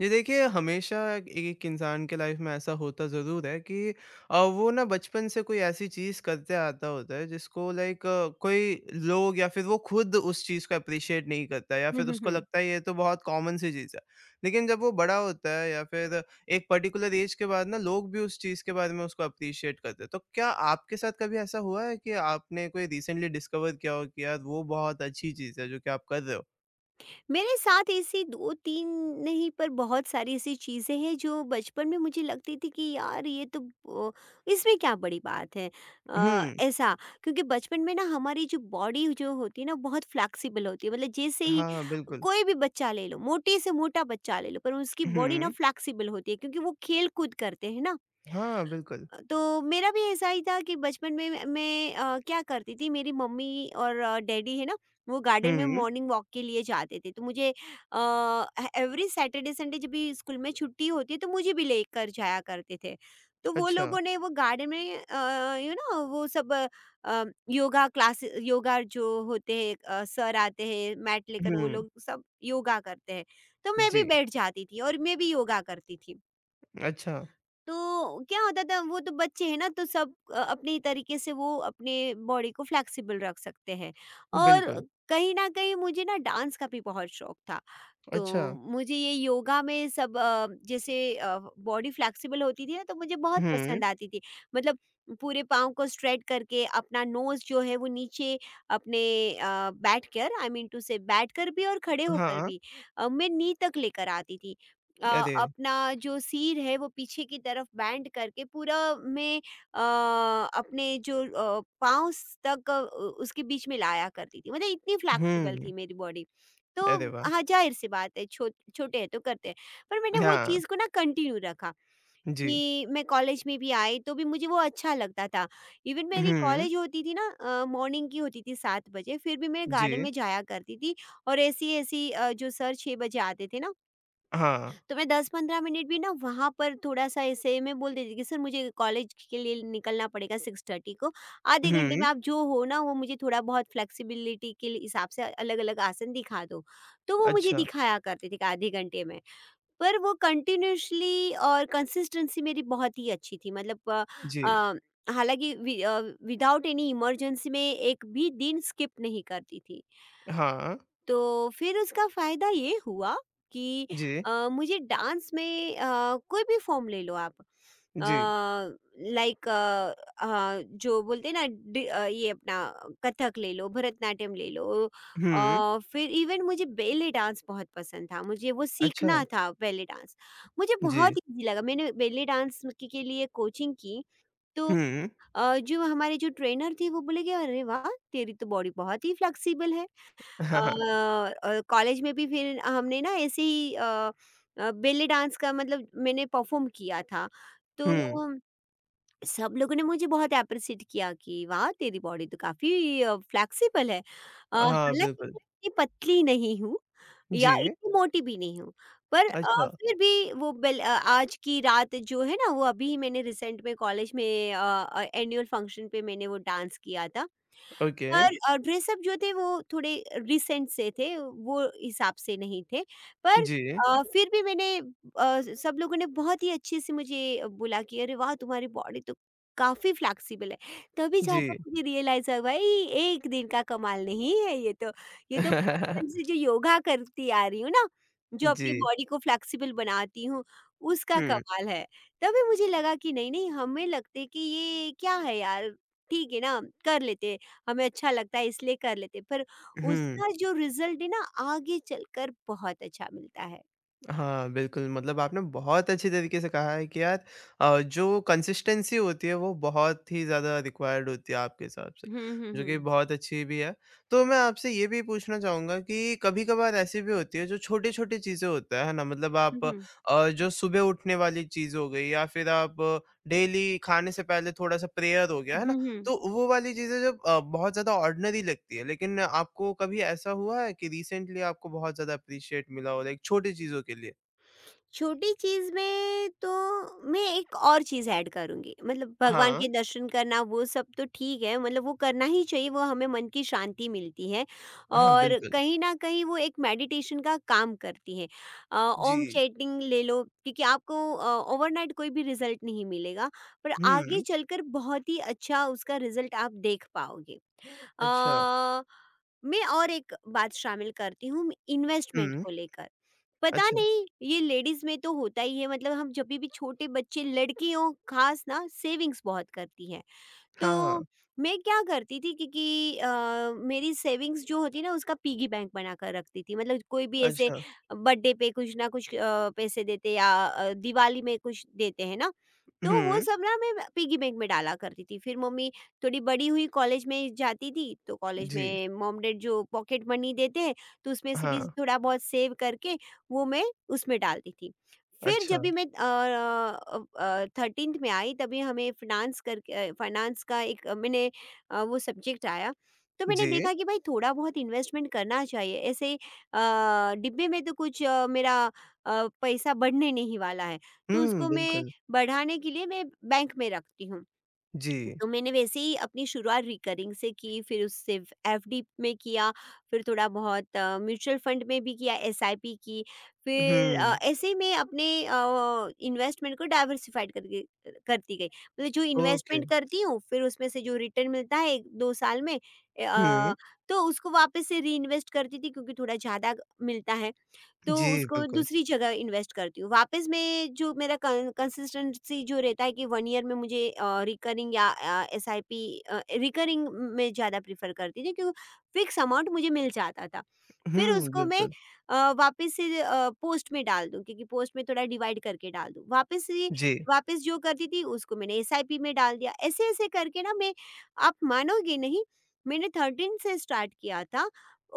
जी देखिए, हमेशा एक इंसान के लाइफ में ऐसा होता ज़रूर है कि वो ना बचपन से कोई ऐसी चीज़ करते आता होता है जिसको लाइक कोई लोग या फिर वो खुद उस चीज़ को एप्रिशिएट नहीं करता है या हुँ, फिर हुँ, उसको हुँ। लगता है ये तो बहुत कॉमन सी चीज़ है। लेकिन जब वो बड़ा होता है या फिर एक पर्टिकुलर एज के बाद ना लोग भी उस चीज़ के बारे में उसको एप्रिशिएट करते हैं। तो क्या आपके साथ कभी ऐसा हुआ है कि आपने कोई रिसेंटली डिस्कवर किया हो कि यार वो बहुत अच्छी चीज़ है जो कि आप कर रहे हो? मेरे साथ ऐसी 2-3 नहीं पर बहुत सारी ऐसी चीज़ें हैं जो बचपन में मुझे लगती थी कि यार ये तो अ, इसमें क्या बड़ी बात है हुँ। ऐसा क्योंकि बचपन में ना हमारी जो बॉडी जो होती है ना बहुत फ्लेक्सिबल होती है मतलब जैसे ही हाँ, बिल्कुल। कोई भी बच्चा ले लो, मोटे से मोटा बच्चा ले लो पर उसकी बॉडी ना हुँ। फ्लेक्सिबल होती है क्योंकि वो खेल-कूद करते हैं ना। हाँ, बिल्कुल। तो मेरा भी ऐसा ही था कि बचपन में मैं क्या करती थी मेरी मम्मी और डैडी है ना वो गार्डन में हुँ, मॉर्निंग वॉक के लिए जाते थे तो मुझे एवरी सैटरडे संडे जब भी स्कूल में छुट्टी होती है तो मुझे भी लेकर जाया करते थे। तो वो अच्छा। लोगों ने वो गार्डन में वो सब अ, योगा क्लास योगा जो होते हैं सर आते हैं मैट लेकर वो हुँ, लोग सब योगा करते हैं तो मैं भी जी, बैठ जाती थी और मैं भी योगा करती थी। अच्छा, तो क्या होता था वो तो बच्चे हैं ना तो सब अपने तरीके से वो अपने बॉडी को फ्लेक्सिबल रख सकते हैं और बिल्कुल, कहीं ना कहीं मुझे ना डांस का भी बहुत शौक था। तो अच्छा, मुझे ये योगा में सब जैसे बॉडी फ्लेक्सिबल होती थी ना तो मुझे बहुत हुँ, पसंद आती थी। मतलब पूरे पाँव को स्ट्रेट करके अपना नोज जो है वो नीचे अपने बैठ कर आई मीन टू से बैठ कर भी और खड़े होकर हाँ, भी, मैं नी तक लेकर आती थी। अरे! अपना जो सिर है वो पीछे की तरफ बैंड करके पूरा मैं अ, अपने जो पाँव उसके बीच में लाया करती थी, मतलब इतनी फ्लैक्सिबल हुँ, थी मेरी बॉडी। तो अरे वाह! हाँ जाहिर सी बात है छोटे हैं तो करते हैं पर मैंने वो हाँ, चीज़ को ना कंटिन्यू रखा जी, कि मैं कॉलेज में भी आई तो भी मुझे वो अच्छा लगता था। इवन मेरी हुँ, कॉलेज होती थी ना मॉर्निंग की होती थी सात बजे फिर भी मैं गार्डन जी, में जाया करती थी और ऐसी ऐसी जो सर छः बजे आते थे ना हाँ, तो मैं 10-15 मिनट भी ना वहाँ पर थोड़ा-सा ऐसे मैं बोल देती थी कि सर मुझे कॉलेज के लिए निकलना पड़ेगा 6:30 को। आधे घंटे में हुँ, आप जो हो ना वो मुझे थोड़ा बहुत फ्लेक्सिबिलिटी के लिए हिसाब से अलग-अलग आसन दिखा दो। तो वो मुझे अच्छा, दिखाया करते थे कि आधे घंटे में। पर वो कंटिन्यूअसली और कंसिस्टेंसी मेरी बहुत ही अच्छी थी, मतलब जी, अ, हालाँकि विदाउट एनी इमरजेंसी मैं एक भी दिन स्किप नहीं करती थी। हाँ, तो फिर उसका फ़ायदा ये हुआ कि जी, मुझे डांस में कोई भी फ़ॉर्म ले लो आप, जी, लाइक अ जो बोलते हैं ना, ये अपना कथक ले लो, भरतनाट्यम ले लो, हुँ, फिर इवन मुझे बेले डांस बहुत पसंद था, मुझे वो अच्छा, सीखना था बेले डांस। मुझे जी, बहुत ईज़ी लगा, मैंने बेले डांस के लिए कोचिंग की, तो हुँ, जो हमारे जो ट्रेनर थे वो बोले कि, "अरे वाह! तेरी तो बॉडी बहुत ही फ्लेक्सिबल है।" हाँ, हाँ, कॉलेज में भी फिर हमने ना ऐसे ही बेली डांस का मतलब मैंने परफॉर्म किया था। तो हुँ, सब लोगों ने मुझे बहुत एप्रिशिएट किया कि वाह! तेरी बॉडी तो काफ़ी फ्लेक्सिबल है। हाँ, हालाँकि बिल्कुल, मैं इतनी पतली नहीं हूँ या जी, इतनी मोटी भी नहीं हूँ। पर अच्छा, फिर भी वो आज की रात जो है ना वो अभी मैंने रिसेंट में कॉलेज में एनुअल फंक्शन पे मैंने वो डांस किया था। ओके, पर ड्रेसअप जो थे वो थोड़े रिसेंट से थे, वो हिसाब से नहीं थे। पर जी, फिर भी सब लोगों ने बहुत ही अच्छे से मुझे बोला कि अरे वाह! तुम्हारी बॉडी तो काफ़ी फ्लेक्सिबल है। तभी जी, जाकर मुझे रियलाइज़ हुआ भाई, एक दिन का कमाल नहीं है ये तो। ये तो बचपन से जो योगा करती आ रही हूँ ना, जो अपनी जी, बॉडी को फ्लेक्सिबल बनाती हूँ, उसका हुँ, कमाल है। तभी मुझे लगा कि नहीं, नहीं हमें लगते कि ये क्या है यार, ठीक है ना, कर लेते। हमें अच्छा लगता है इसलिए कर लेते हैं, पर हुँ। उसका जो रिजल्ट है ना आगे चलकर बहुत अच्छा मिलता है। हाँ, बिल्कुल, मतलब आपने बहुत अच्छी तरीके से कहा है कि यार जो कंसिस्टेंसी होती है वो बहुत ही ज़्यादा रिक्वायर्ड होती है आपके हिसाब से, हुँ, हुँ, जो कि हुँ। बहुत अच्छी भी है। तो मैं आपसे ये भी पूछना चाहूँगा कि कभी-कभार ऐसी भी होती है जो छोटी-छोटी चीज़ें होता है ना? मतलब हुँ, आप हुँ। जो सुबह उठने वाली चीज़ हो गई या फिर आप डेली खाने से पहले थोड़ा-सा प्रेयर हो गया, है हुँ, हुँ। तो वो वाली चीज़ें जब बहुत ज़्यादा ऑर्डिनरी लगती है, लेकिन आपको कभी ऐसा हुआ है कि रिसेंटली आपको बहुत ज़्यादा अप्रिशिएट मिला हो लाइक छोटी चीज़ों के लिए? छोटी चीज़ में तो मैं एक और चीज़ ऐड करूँगी, मतलब भगवान हाँ। के दर्शन करना वो सब तो ठीक है, मतलब वो करना ही चाहिए, वो हमें मन की शांति मिलती है हाँ, और बिल्कुल। कहीं न कहीं वो एक मेडिटेशन का काम करती है। ओम जी। चैंटिंग ले लो, क्योंकि आपको ओवरनाइट कोई भी रिज़ल्ट नहीं मिलेगा पर आगे हुँ, चलकर बहुत ही अच्छा उसका रिज़ल्ट आप देख पाओगे। अच्छा। अ, मैं और एक बात शामिल करती हूँ इन्वेस्टमेंट हुँ, को लेकर। पता अच्छा। नहीं ये लेडीज में तो होता ही है, मतलब हम जब भी छोटे बच्चे लड़कियों खास ना सेविंग्स बहुत करती है। हाँ, तो हाँ, मैं क्या करती थी, क्योंकि मेरी सेविंग्स जो होती ना उसका पिगी बैंक बना कर रखती थी, मतलब कोई भी ऐसे अच्छा। बर्थडे पे कुछ ना कुछ पैसे देते या दिवाली में कुछ देते हैं ना तो वो हुँ, सब ना मैं पिगी बैंक में डाला करती थी। फिर मम्मी, थोड़ी बड़ी हुई कॉलेज में जाती थी तो कॉलेज जी। में मॉम डैड जो पॉकेट मनी देते हैं तो उसमें से भी हाँ, थोड़ा बहुत सेव करके वो मैं उसमें डालती थी। फिर जब अच्छा। भी मैं 13th में आई तभी हमें फ़िनांस करके फ़ाइनेंस का एक मैंने वो सब्जेक्ट आया। तो मैंने जी। देखा कि भाई थोड़ा-बहुत इन्वेस्टमेंट करना चाहिए। ऐसे डिब्बे में तो कुछ मेरा पैसा बढ़ने नहीं वाला है। तो हुँ, उसको मैं बिल्कुल। बढ़ाने के लिए मैं बैंक में रखती हूँ। जी। तो मैंने वैसे ही अपनी शुरुआत रिकरिंग से की, फिर उससे एफडी में किया, फिर थोड़ा-बहुत म्यूचुअल फंड में भी किया, एसआईपी की, फिर हुँ, ऐसे ही मैं अपने इन्वेस्टमेंट को डाइवर्सिफ़ाइड करके करती गई। मतलब जो ओके। इन्वेस्टमेंट करती हूँ, फिर उसमें से जो रिटर्न मिलता है 2 साल में, ए हुँ, अ, तो उसको वापस से रीइन्वेस्ट करती थी, क्योंकि थोड़ा ज़्यादा मिलता है। तो जी, उसको बिल्कुल। दूसरी जगह इन्वेस्ट करती हूँ। वापस मैं जो मेरा कं कंसिस्टेंसी जो रहता है कि 1 ईयर में मुझे रिकरिंग या एसआईपी, रिकरिंग मैं ज़्यादा प्रेफ़र करती थी, क्यों, फ़िक्स अमाउंट मुझे मिल जाता था। फिर हुँ, उसको मैं बिल्कुल। वापस से पोस्ट में डाल दूँ, क्योंकि पोस्ट में थोड़ा डिवाइड करके डाल दूँ। वापस से जी, वापस जो करती थी उसको मैंने एसआईपी में डाल दिया। ऐसे-ऐसे करके ना मैं, आप मानोगे नहीं, मैंने 13 से स्टार्ट किया था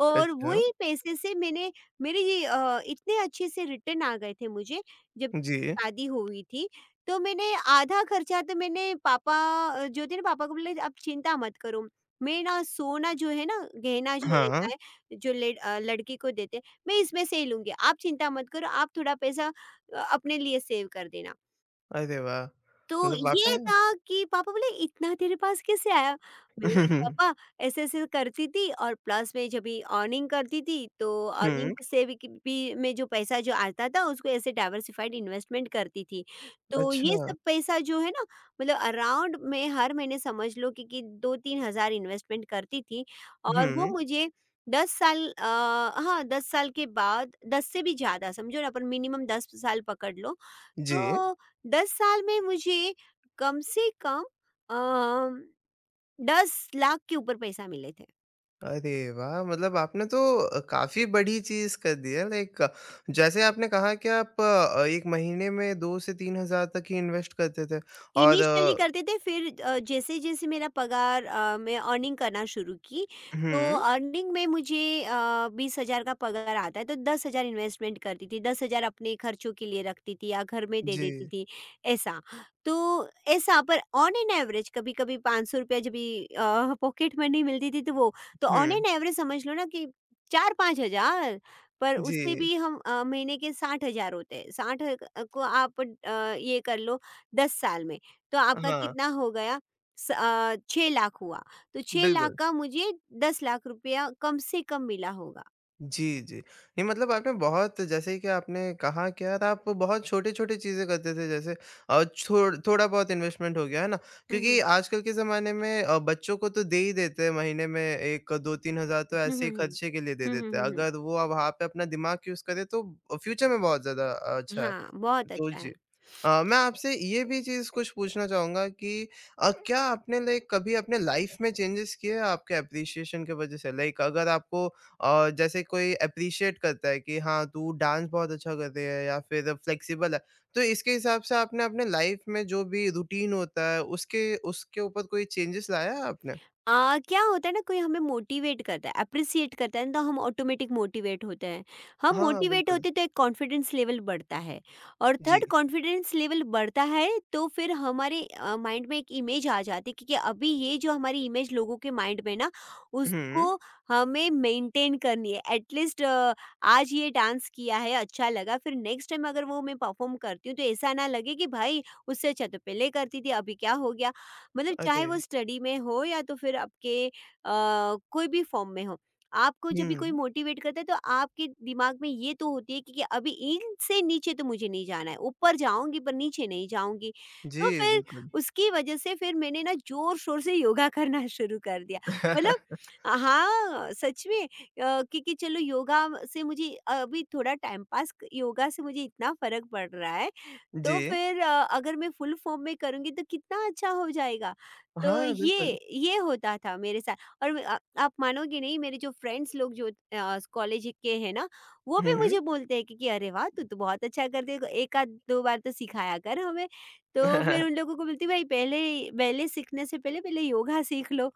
और अच्छा। वही पैसे से मैंने, मेरे ये इतने अच्छे से रिटर्न आ गए थे मुझे, जब जी। शादी हुई थी, तो मैंने आधा खर्चा तो मैंने जो थे ना पापा को बोला आप चिंता मत करो, मैं ना सोना जो है ना गहना जो हाँ, रहता है जो लड़की को देते हैं, मैं इसमें से ही लूँगी, आप चिंता मत करो, आप थोड़ा पैसा अपने लिए सेव कर देना। अरे वाह! तो मतलब आपने ये था कि पापा बोले इतना तेरे पास कैसे आया? मैं बोली पापा ऐसे-ऐसे करती थी और प्लस में जब भी अर्निंग करती थी तो अर्निंग हुँ। से भी मैं जो पैसा जो आता था उसको ऐसे डाइवर्सिफाइड इन्वेस्टमेंट करती थी। तो ये अच्छा। सब पैसा जो है ना, मतलब अराउंड मैं हर महीने समझ लो कि 2-3 हज़ार इन्वेस्टमेंट करती थी और वो हुँ, मुझे हाँ 10 साल के बाद 10 से भी ज़्यादा समझो ना अपन मिनिमम 10 साल पकड़ लो जी। तो 10 साल में मुझे कम से कम अ, 10 लाख के ऊपर पैसा मिले थे। अरे वाह! मतलब आपने तो काफ़ी बड़ी चीज़ कर दी है लाइक जैसे आपने कहा कि आप 1 महीने में 2 से 3,000 तक ही इन्वेस्ट करते थे और इनिशियली करते थे फिर जैसे-जैसे मैं अर्निंग करना शुरू की, तो हुँ, अर्निंग में मुझे 20,000 का पगार आता है तो 10,000 इन्वेस्टमेंट करती थी, 10,000 अपने खर्चों के लिए रखती थी या घर में दे जी। देती थी, ऐसा। तो ऐसा, पर ऑन एन एवरेज कभी-कभी ₹500 जब भी पॉकेट मनी मिलती थी तो वो, तो ऑन हुँ, एन एवरेज समझ लो ना कि 4-5,000, पर जी। उससे भी हम महीने के 60,000 होते हैं, 60 को आप ये कर लो 10 साल में तो आपका हाँ, कितना हो गया, 6 लाख हुआ, तो 6 लाख बिल्कुल। का मुझे 10 लाख रुपया कम से कम मिला होगा। जी, जी। नहीं मतलब आपने बहुत जैसे कि आपने कहा कि यार आप बहुत छोटी-छोटी चीज़ें करते थे जैसे छोड़ थोड़ा बहुत इन्वेस्टमेंट हो गया, है ना? हुँ, क्योंकि हुँ। आजकल के ज़माने में बच्चों को तो दे ही देते हैं महीने में 1 2-3 हज़ार तो हुँ, ऐसे हुँ, ही हुँ। खर्चे के लिए दे हुँ, हुँ, देते हैं। हुँ, हुँ। अगर वो अब वहाँ पे अपना दिमाग यूज़ करे तो फ्यूचर में बहुत ज़्यादा अच्छा है। हाँ, बहुत तो अच्छा है। जी। मैं आपसे ये भी चीज़ कुछ पूछना चाहूँगा कि क्या आपने लाइक कभी अपने लाइफ़ में चेंजेस किए हैं आपके एप्रिसिएशन की वज़ह से? लाइक अगर आपको जैसे कोई एप्रिशिएट करता है कि हाँ, तू डांस बहुत अच्छा कर रही है या फिर फ्लेक्सिबल है, तो इसके हिसाब से आपने अपने लाइफ़ में जो भी रूटीन होता है उसके उसके ऊपर कोई चेंजेस लाया है आपने? आ, क्या होता है ना, कोई हमें मोटिवेट करता है अप्रिसिएट करता है ना, तो हम ऑटोमेटिक मोटिवेट होते हैं, हम हाँ, मोटिवेट बिल्कुल। होते हैं, तो एक कॉन्फिडेंस लेवल बढ़ता है और जी। थर्ड कॉन्फिडेंस लेवल बढ़ता है। तो फिर हमारे माइंड में एक इमेज आ जाती है, क्योंकि अभी ये जो हमारी इमेज लोगों के माइंड में ना हुँ, उसको हमें मेंटेन करनी है एटलीस्ट। आज ये डांस किया है अच्छा लगा फिर नेक्स्ट टाइम अगर वो मैं परफॉर्म करती हूँ तो ऐसा ना लगे कि भाई उससे अच्छा तो पहले करती थी अभी क्या हो गया, मतलब चाहे वो अरे! स्टडी में हो या तो फिर आपके कोई भी फॉर्म में हो। आपको जब भी कोई हुँ। मोटिवेट करता है तो आपके दिमाग में ये तो होती है कि अभी इनसे नीचे तो मुझे नहीं जाना है, ऊपर जाऊँगी पर नीचे नहीं जाऊँगी। जी, तो फिर बिल्कुल। उसकी वजह से फिर मैंने ना ज़ोर-शोर से योगा करना शुरू कर दिया। मतलब हाँ, सच में क्योंकि चलो योगा से मुझे अभी थोड़ा टाइम पास योगा से मुझे इतना फ़र्क पड़ रहा है। जी। तो फिर अगर मैं फुल फॉर्म में करूँगी तो कितना अच्छा हो जाएगा। तो हाँ, ये बिल्कुल। ये होता था मेरे साथ। और आप मानोगे नहीं मेरे जो फ्रेंड्स लोग जो कॉलेज के हैं ना, वो भी हुँ। मुझे बोलते हैं कि अरे वाह! तू तो बहुत अच्छा करती है, एकाध 2 बार तो सिखाया कर हमें। तो फिर उन लोगों को बोलती हूँ भाई पहले पहले सीखने से पहले पहले योगा सीख लो,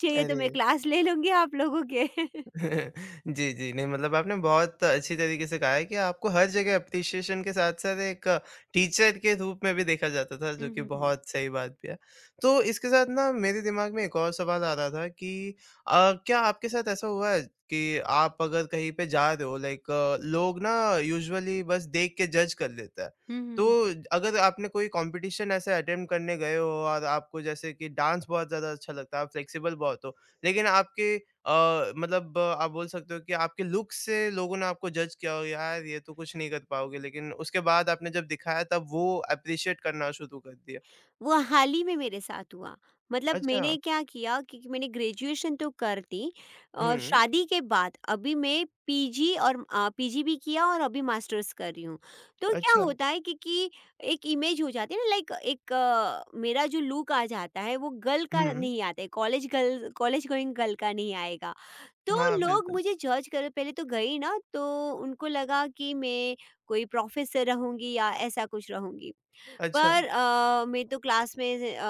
चाहिए तो अरे! मैं क्लास ले लूँगी आप लोगों के। जी, जी। नहीं मतलब आपने बहुत अच्छी तरीके से कहा है कि आपको हर जगह एप्रिसिएशन के साथ-साथ एक टीचर के रूप में भी देखा जाता था, जो हुँ, कि हुँ, हुँ। बहुत सही बात भी है। तो इसके साथ ना मेरे दिमाग में एक और सवाल आ रहा था कि क्या आपके साथ ऐसा हुआ है कि आप अगर कहीं पे जा रहे हो लाइक लोग ना यूजुअली बस देख के जज कर लेता है। हुँ, हुँ, तो हुँ। अगर आपने कोई कॉम्पिटिशन ऐसे अटेम्प्ट करने गए हो और आपको जैसे कि डांस बहुत ज़्यादा अच्छा लगता है, आप फ्लेक्सिबल बहुत हो, लेकिन आपके मतलब आप बोल सकते हो कि आपके लुक से लोगों ने आपको जज किया हो, "यार, ये तो कुछ नहीं कर पाओगे।" लेकिन उसके बाद आपने जब दिखाया तब वो एप्रिशिएट करना शुरू कर दिया। वो हाल ही में मेरे साथ हुआ। मतलब अच्छा। मैंने क्या किया, क्योंकि मैंने ग्रेजुएशन तो कर दी और हुँ, शादी के बाद अभी मैं पीजी और पीजी भी किया और अभी मास्टर्स कर रही हूँ। तो क्या अच्छा। होता है कि एक इमेज हो जाती है ना, लाइक एक मेरा जो लुक आ जाता है वो गर्ल का हुँ, नहीं आता है, कॉलेज गोइंग गर्ल का नहीं आएगा। तो हाँ, लोग बिल्कुल। मुझे जज कर पहले तो गई ना, तो उनको लगा कि मैं कोई प्रोफेसर रहूँगी या ऐसा कुछ रहूँगी। अच्छा। पर मैं तो क्लास में से,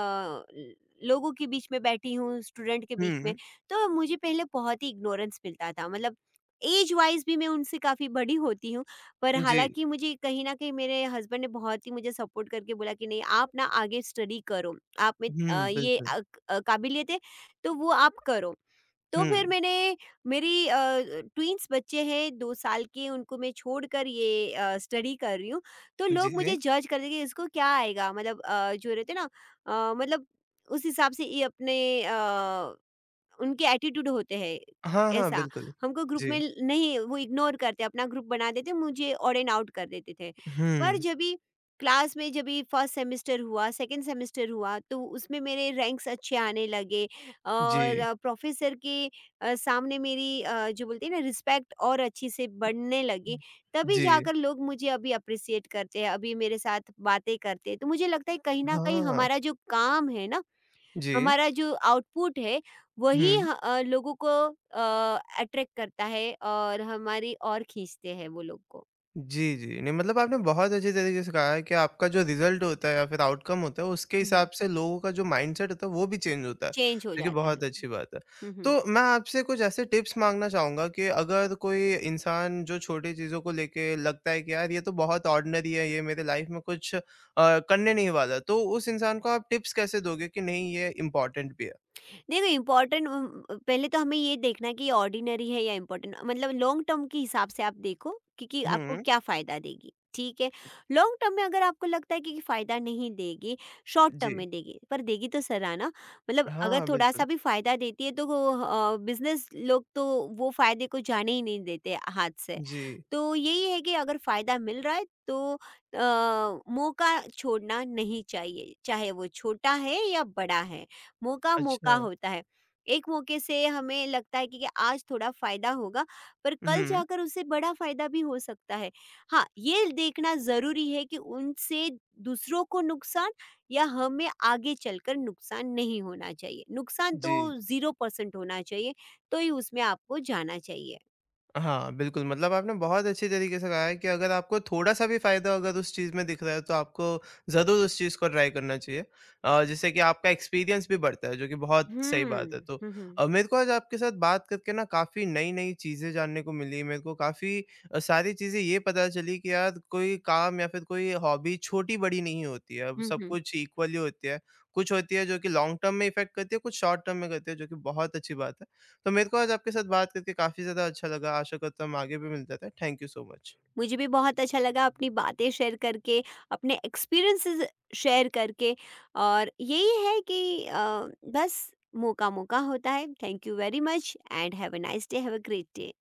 ल लोगों के बीच में बैठी हूँ, स्टूडेंट के बीच में, हुँ, तो मुझे पहले बहुत ही इग्नोरेंस मिलता था। मतलब ऐज वाइज़ भी मैं उनसे काफ़ी बड़ी होती हूँ, पर जी। हालाँकि मुझे कहीं न कहीं मेरे हस्बैंड ने बहुत ही मुझे सपोर्ट करके बोला कि नहीं आप ना आगे स्टडी करो, आप में हुँ, बिल्कुल। काबिलियत है, तो वो आप करो। तो फिर हुँ, मैंने मेरी ट्विन्स बच्चे हैं 2 साल के, उनको मैं छोड़कर ये स्टडी कर रही हूँ। तो लोग मुझे जी। जज कर देंगे इसको क्या आएगा, मतलब जो रहते हैं ना, मतलब उस हिसाब से ये अपने अ उनके एटीट्यूड होते हैं, हाँ, हाँ, ऐसा। बिल्कुल। हमको ग्रुप में जी। ल नहीं, वो इग्नोर करते, अपना ग्रुप बना देते, मुझे ऑड एंड आउट कर देते थे। पर हुँ, जब भी क्लास में जब भी फर्स्ट सेमेस्टर हुआ, सेकंड सेमेस्टर हुआ, तो उसमें मेरे रैंक्स अच्छे आने लगे जी। और प्रोफ़ेसर के सामने मेरी जो बोलते हैं ना रिस्पेक्ट और अच्छी से बढ़ने लगी। तभी जी। जाकर लोग मुझे अभी एप्रिशिएट करते हैं, अभी मेरे साथ बातें करते हैं। तो मुझे लगता है कहीं न कहीं हाँ, हमारा जो काम है ना, जी। हमारा जो आउटपुट है, वही हुँ। ह अ, लोगों को अट्रैक्ट करता है और हमारी और खींचते हैं वो लोग को। जी, जी। नहीं मतलब आपने बहुत अच्छे तरीके से कहा है कि आपका जो रिज़ल्ट होता है या फिर आउटकम होता है उसके हुँ, हुँ। हिसाब से लोगों का जो माइंडसेट होता है वो भी चेंज होता है, चेंज हो जो कि जाता है। बहुत अच्छी बात है। हुँ, हुँ। तो मैं आपसे कुछ ऐसे टिप्स माँगना चाहूँगा कि अगर कोई इंसान जो छोटी चीज़ों को लेके लगता है कि यार ये तो बहुत ऑर्डिनरी है, ये मेरे लाइफ़ में कुछ करने नहीं वाला, तो उस इंसान को आप टिप्स कैसे दोगे कि नहीं ये इम्पोर्टेंट भी है? देखो इम्पोर्टेंट, पहले तो हमें ये देखना है कि ऑर्डिनरी है या इम्पोर्टेंट, मतलब लॉन्ग टर्म के हिसाब से आप देखो क्योंकि आपको हुँ, क्या फ़ायदा देगी, ठीक है। लॉन्ग टर्म में अगर आपको लगता है कि फ़ायदा नहीं देगी, शॉर्ट टर्म जी। में देगी, पर देगी तो सराहना। मतलब अगर हाँ, थोड़ा बिल्कुल। सा भी फ़ायदा देती है तो बिजनेस लोग तो वो फ़ायदे को जाने ही नहीं देते हाथ से। जी, तो यही है कि अगर फ़ायदा मिल रहा है तो मौका छोड़ना नहीं चाहिए, चाहे वो छोटा है या बड़ा है। मौका-मौका अच्छा। होता है। एक मौके से हमें लगता है कि आज थोड़ा फ़ायदा होगा, पर कल हुँ, जाकर उससे बड़ा फ़ायदा भी हो सकता है। हाँ, ये देखना ज़रूरी है कि उनसे दूसरों को नुकसान या हमें आगे चलकर नुकसान नहीं होना चाहिए। नुकसान तो जी। 0% होना चाहिए, तो ही उसमें आपको जाना चाहिए। हाँ, बिल्कुल, मतलब आपने बहुत अच्छी तरीके से कहा है कि अगर आपको थोड़ा-सा भी फ़ायदा अगर उस चीज़ में दिख रहा है, तो आपको ज़रूर उस चीज़ को ट्राई करना चाहिए। जिससे कि आपका एक्सपीरियंस भी बढ़ता है, जो कि बहुत सही बात हुँ। है। तो हुँ, हुँ। मेरे को आज आपके साथ बात करके ना काफ़ी नई-नई चीज़ें जानने को मिली। मेरे को काफ़ी सारी चीज़ें ये पता चली कि यार कोई काम या फिर कोई हॉबी छोटी-बड़ी नहीं होती है, अब हुँ, सब हुँ। कुछ इक्वली होती है। कुछ होती है जो कि लॉन्ग टर्म में इफ़ेक्ट करती है, कुछ शॉर्ट टर्म में करती है, जो कि बहुत अच्छी बात है। तो मेरे को आज आपके साथ बात करके काफ़ी ज़्यादा अच्छा लगा, आशा करता हूँ हम आगे भी मिलते रहें। Thank you so much. मुझे भी बहुत अच्छा लगा अपनी बातें शेयर करके, अपने एक्सपीरियंसेस शेयर करके। और यही है कि बस मौका मौका होता है। Thank you very much and have a nice day, have a great day.